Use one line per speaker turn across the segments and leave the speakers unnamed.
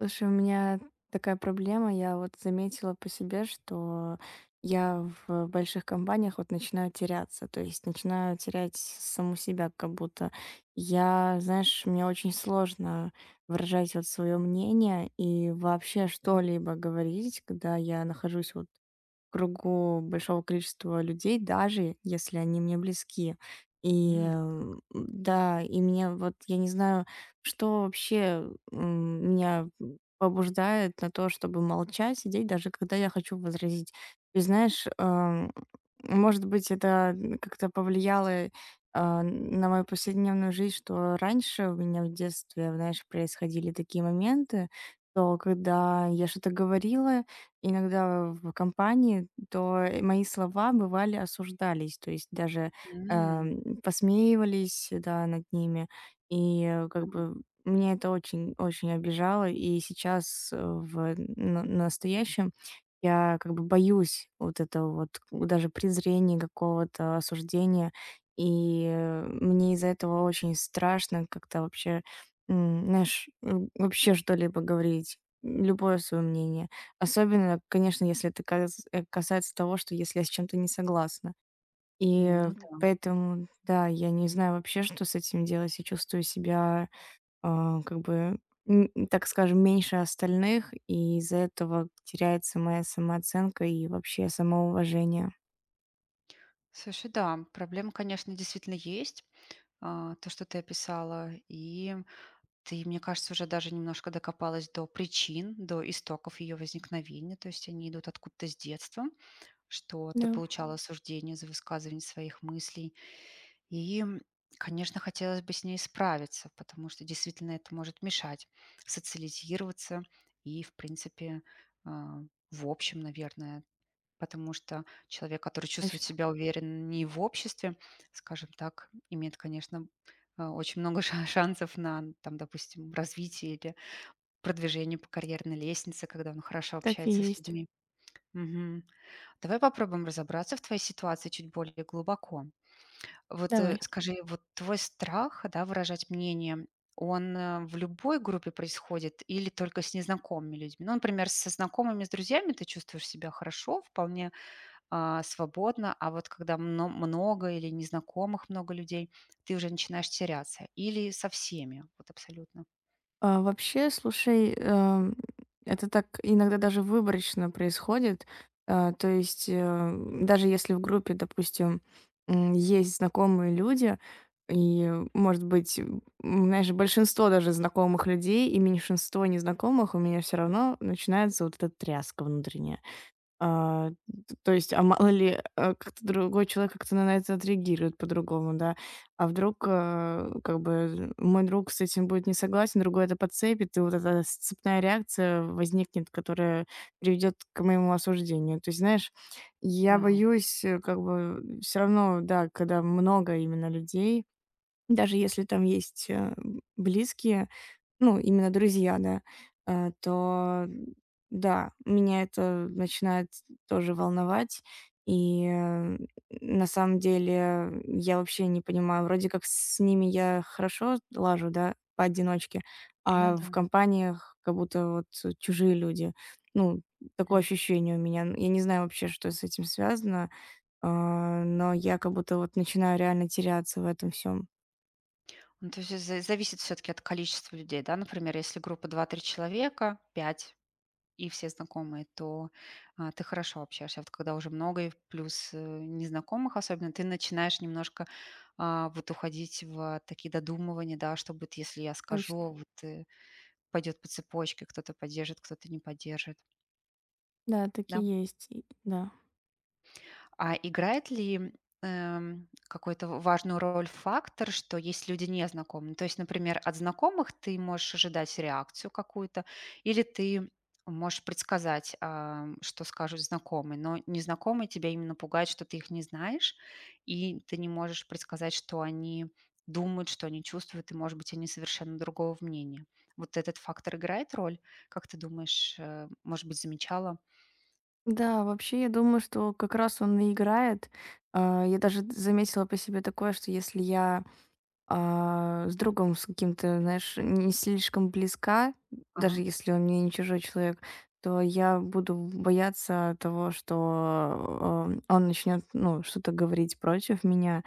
Слушай, у меня такая проблема. Я вот заметила по себе, что я в больших компаниях вот начинаю теряться, то есть начинаю терять саму себя как будто. Я, знаешь, мне очень сложно выражать вот свое мнение и вообще что-либо говорить, когда я нахожусь вот кругу большого количества людей, даже если они мне близки. И
М,
да, и мне вот, я не знаю, что вообще меня побуждает на то, чтобы молчать, сидеть, даже когда я хочу возразить. И знаешь, может быть, это как-то повлияло на мою повседневную жизнь, что раньше у меня в детстве, знаешь, происходили такие моменты, то когда я что-то говорила, иногда в компании, то мои слова бывали осуждались, то есть даже,
м.
посмеивались, да, над ними. И,
Да.
как бы меня это очень очень обижало. И сейчас, э, в на настоящем я как бы боюсь вот этого вот даже презрения, какого-то осуждения. И, мне из-за этого очень страшно как-то вообще, знаешь, вообще что-либо говорить, любое свое мнение. Особенно, конечно, если это касается того, что если я с чем-то не согласна. И
М, ну да.
Поэтому, да, я не знаю вообще, что с этим делать. Я чувствую себя, как бы, так скажем, меньше остальных, и из-за этого теряется моя самооценка и вообще самоуважение.
Слушай, да, проблема, конечно, действительно есть, то, что ты описала. И ты, мне кажется, уже даже немножко докопалась до причин, до истоков ее возникновения. То есть они идут откуда-то с детства, что ты
Да,
получала осуждение за высказывание своих мыслей. И, конечно, хотелось бы с ней справиться, потому что действительно это может мешать социализироваться и, в принципе, а, в общем, наверное, потому что человек, который чувствует
точно,
себя увереннее в обществе, скажем так, имеет, конечно, очень много шансов на, там, допустим, развитие или продвижение по карьерной лестнице, когда он хорошо
так и
общается с
есть.
людьми. Мгм. Давай попробуем разобраться в твоей ситуации чуть более глубоко. Вот
Давай.
скажи, вот твой страх, да, выражать мнение, он в любой группе происходит или только с незнакомыми людьми? Ну, например, со знакомыми, с друзьями ты чувствуешь себя хорошо, вполне свободно, а вот когда много или незнакомых много людей, ты уже начинаешь теряться. Или со всеми, вот абсолютно.
Вообще, слушай, это так иногда даже выборочно происходит. То есть, даже если в группе, допустим, есть знакомые люди, и, может быть, знаешь, большинство даже знакомых людей и меньшинство незнакомых, у меня все равно начинается вот эта тряска внутренняя. А, т то есть, а мало ли, как-то другой человек как-то на это отреагирует по-другому, да. А вдруг, как бы мой друг с этим будет не согласен, другой это подцепит, и вот эта цепная реакция возникнет, которая приведет к моему осуждению. То есть, знаешь, я
Ага,
боюсь, как бы все равно, да, когда много именно людей, даже если там есть, близкие, ну, именно друзья, да, то да, меня это начинает тоже волновать. И, на самом деле, я вообще не понимаю, вроде как с ними я хорошо лажу, да, поодиночке,
ну
а в
да.
компаниях как будто вот чужие люди. Ну, такое
М.
ощущение у меня. Н я не знаю вообще, что с этим связано, но я как будто вот начинаю реально теряться в этом всем.
Ну, то есть зависит все-таки от количества людей, да? Например, если группа два-три человека, 5 и все знакомые, то ты хорошо общаешься. А вот когда уже много и плюс незнакомых особенно, ты начинаешь немножко вот уходить в такие додумывания, да, что будет, если я
Точно.
скажу, вот пойдет по цепочке, кто-то поддержит, кто-то не поддержит.
Да, так
Да.
и есть. И да.
А играет ли, какой-то важную роль фактор, что есть люди незнакомые? То есть, например, от знакомых ты можешь ожидать реакцию какую-то, или ты можешь предсказать, что скажут знакомые, но незнакомые тебя именно пугают, что ты их не знаешь, и ты не можешь предсказать, что они думают, что они чувствуют, и, может быть, они совершенно другого мнения. Вот этот фактор играет роль? Как ты думаешь, может быть, замечала?
Да, вообще, я думаю, что как раз он и играет. Я даже заметила по себе такое, что если я, с другом с каким-то, знаешь, не слишком близка, даже если он мне не чужой человек, то я буду бояться того, что, он начнет, ну, что-то говорить против меня.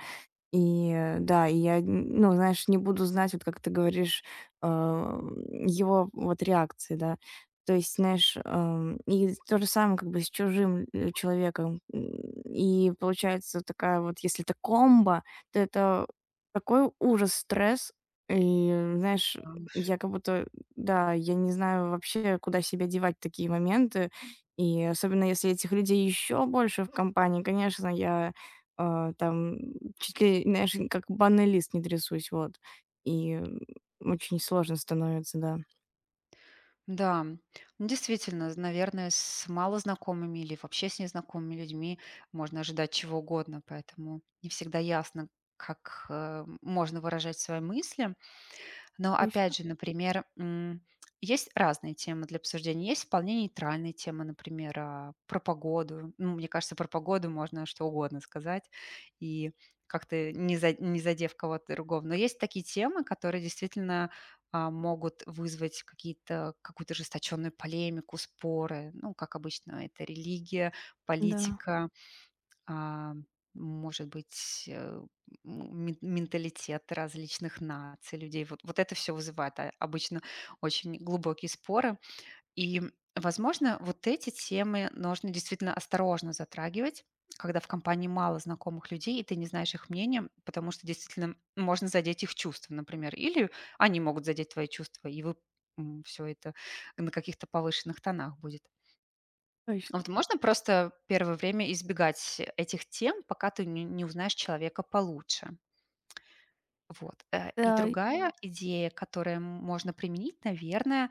И, да, и я, н ну, знаешь, не буду знать, вот как ты говоришь, ам, его вот реакции, да. То есть, знаешь, и то же самое как бы с чужим, человеком. И получается такая вот, если это комбо, то это такой ужас, стресс. И, знаешь,
Ага.
я как будто, да, я не знаю вообще, куда себя девать в такие моменты. И особенно если этих людей еще больше в компании, конечно, я там чуть ли, знаешь, как банный лист не трясусь, вот. И, очень сложно становится, да.
Да, ну, действительно, наверное, с малознакомыми или вообще с незнакомыми людьми можно ожидать чего угодно, поэтому не всегда ясно, как можно выражать свои мысли. Но
Точно,
опять же, например, есть разные темы для обсуждения. Есть вполне нейтральные темы, например, про погоду. Ну, мне кажется, про погоду можно что угодно сказать и как-то не задев кого-то другого. Но есть такие темы, которые действительно могут вызвать какие-то, какую-то жесточенную полемику, споры. Ну, как обычно, это религия,
да,
политика, а, может быть, менталитет различных наций, людей. Вот, вот это все вызывает обычно очень глубокие споры. И, возможно, вот эти темы нужно действительно осторожно затрагивать, когда в компании мало знакомых людей, и ты не знаешь их мнения, потому что действительно можно задеть их чувства, например, или они могут задеть твои чувства, и вы все это на каких-то повышенных тонах будет. А
точно.
вот можно просто первое время избегать этих тем, пока ты не узнаешь человека получше. Вот. И
Да,
другая идея, которую можно применить, наверное,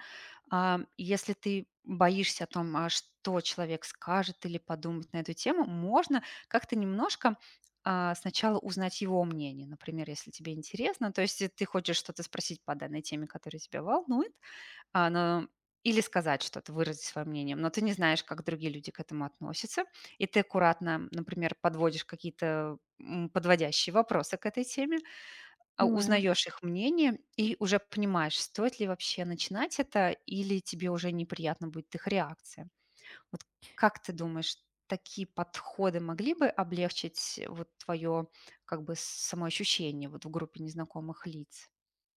если ты боишься о том, что человек скажет или подумает на эту тему, можно как-то немножко сначала узнать его мнение. Например, если тебе интересно, то есть ты хочешь что-то спросить по данной теме, которая тебя волнует, но или сказать что-то, выразить свое мнение, но ты не знаешь, как другие люди к этому относятся, и ты аккуратно, например, подводишь какие-то, подводящие вопросы к этой теме,
понимаю.
узнаешь их мнение и уже понимаешь, стоит ли вообще начинать это или тебе уже неприятно будет их реакция. Вот как ты думаешь, такие подходы могли бы облегчить вот твое как бы самоощущение вот в группе незнакомых лиц?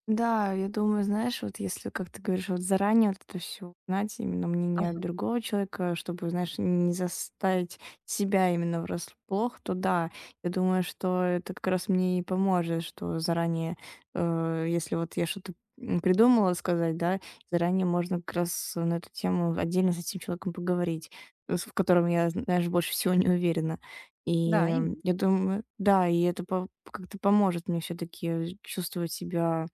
Да, я думаю, знаешь, вот если, как ты говоришь, вот заранее вот это все узнать, именно мнение
Ага,
другого человека, чтобы, знаешь, не заставить себя именно врасплох, то да, я думаю, что это как раз мне и поможет, что заранее, если вот я что-то придумала сказать, да, заранее можно как раз на эту тему отдельно с этим человеком поговорить, в котором я, знаешь, больше всего не уверена. И
да, именно.
я думаю, да, и это как-то поможет мне все-таки чувствовать себя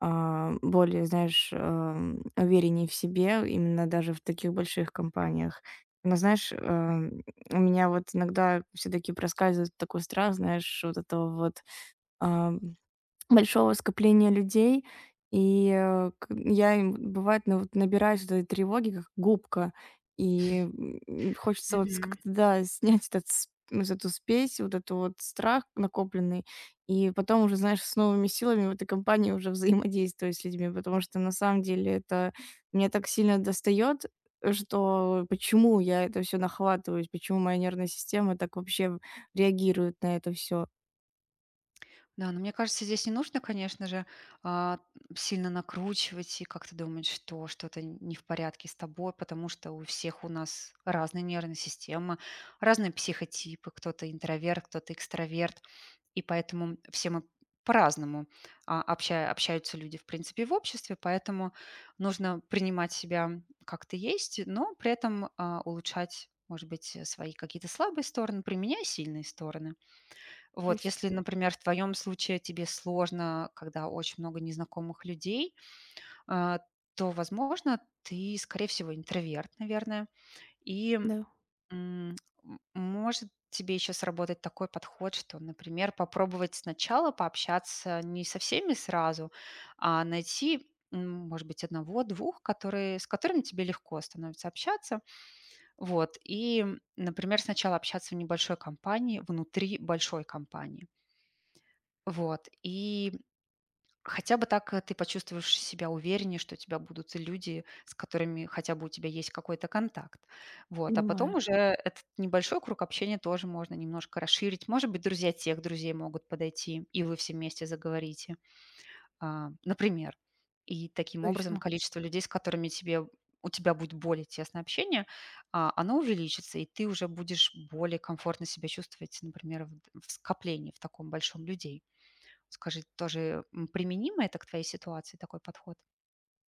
более, знаешь, уверенней в себе, именно даже в таких больших компаниях. Но знаешь, у меня вот иногда все таки проскальзывает такой страх, знаешь, вот этого вот, а, большого скопления людей. И, э, к я им, бывает, ну, вот набираюсь вот этой тревоги, как губка. И, хочется вот с как-то, да, снять этот с вот эту спесь, вот эту вот страх накопленный. И потом уже, знаешь, с новыми силами в этой компании уже взаимодействую с людьми, потому что на самом деле это меня так сильно достает, что почему я это все нахватываюсь, почему моя нервная система так вообще реагирует на это все?
Да, но мне кажется, здесь не нужно, конечно же, а, сильно накручивать и как-то думать, что что-то не в порядке с тобой, потому что у всех у нас разные нервные системы, разные психотипы, кто-то интроверт, кто-то экстраверт, и поэтому все мы по-разному общаются люди, в принципе, в обществе, поэтому нужно принимать себя как ты есть, но при этом улучшать, может быть, свои какие-то слабые стороны, применяя сильные стороны. Вот,
Точно,
если, например, в твоем случае тебе сложно, когда очень много незнакомых людей, а, то, возможно, ты, скорее всего, интроверт, наверное. И
да,
м, может тебе еще сработать такой подход, что, например, попробовать сначала пообщаться не со всеми сразу, а найти, может быть, одного-двух, которые, с которыми тебе легко становится общаться. Вот. И, например, сначала общаться в небольшой компании, внутри большой компании вот. И хотя бы так ты почувствуешь себя увереннее, что у тебя будут люди, с которыми хотя бы у тебя есть какой-то контакт. Вот. А потом
понимаю,
уже этот небольшой круг общения тоже можно немножко расширить. Может быть, друзья тех друзей могут подойти, и вы все вместе заговорите, например. И таким образом
точно.
количество людей, с которыми тебе у тебя будет более тесное общение, оно увеличится, и ты уже будешь более комфортно себя чувствовать, например, в скоплении в таком большом людей. Скажи, тоже, применимо это к твоей ситуации, такой подход?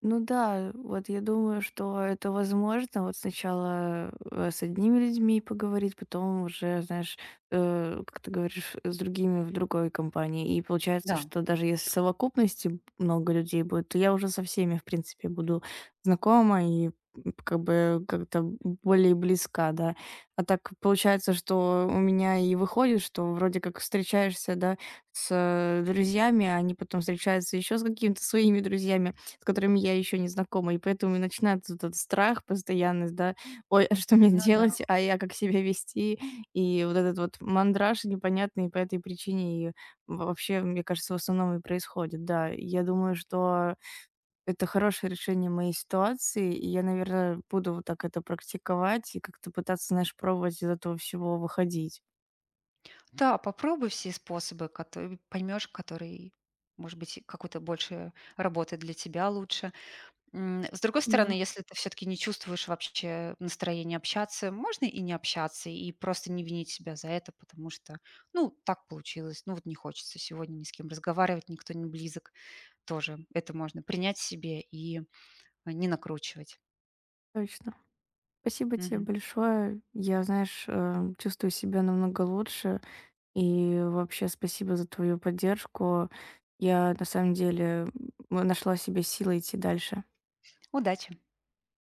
Ну да, вот я думаю, что это возможно. Вот сначала с одними людьми поговорить, потом уже, знаешь, как ты говоришь, с другими в другой компании. И получается,
Да,
что даже если в совокупности много людей будет, то я уже со всеми, в принципе, буду знакома и как бы как-то более близка, да. А так получается, что у меня и выходит, что вроде как встречаешься, да, с друзьями, а они потом встречаются еще с какими-то своими друзьями, с которыми я еще не знакома. И поэтому и начинается вот этот страх, постоянность, да. Ой, а что мне
ну да.
делать? А я как себя вести? И вот этот вот мандраж непонятный по этой причине и вообще, мне кажется, в основном и происходит, да. Я думаю, что это хорошее решение моей ситуации, и я, наверное, буду вот так это практиковать и как-то пытаться, знаешь, пробовать из этого всего выходить.
Да, попробуй все способы, которые поймешь, который, может быть, какой-то больше работает для тебя лучше. С другой стороны,
Да.
если ты все-таки не чувствуешь вообще настроения общаться, можно и не общаться, и просто не винить себя за это, потому что, ну, так получилось, ну, вот не хочется сегодня ни с кем разговаривать, никто не близок. Тоже это можно принять себе и не накручивать.
Точно. Спасибо тебе
Мгм.
большое. Я, знаешь, чувствую себя намного лучше. И вообще спасибо за твою поддержку. Я на самом деле нашла в себе силы идти дальше.
Удачи!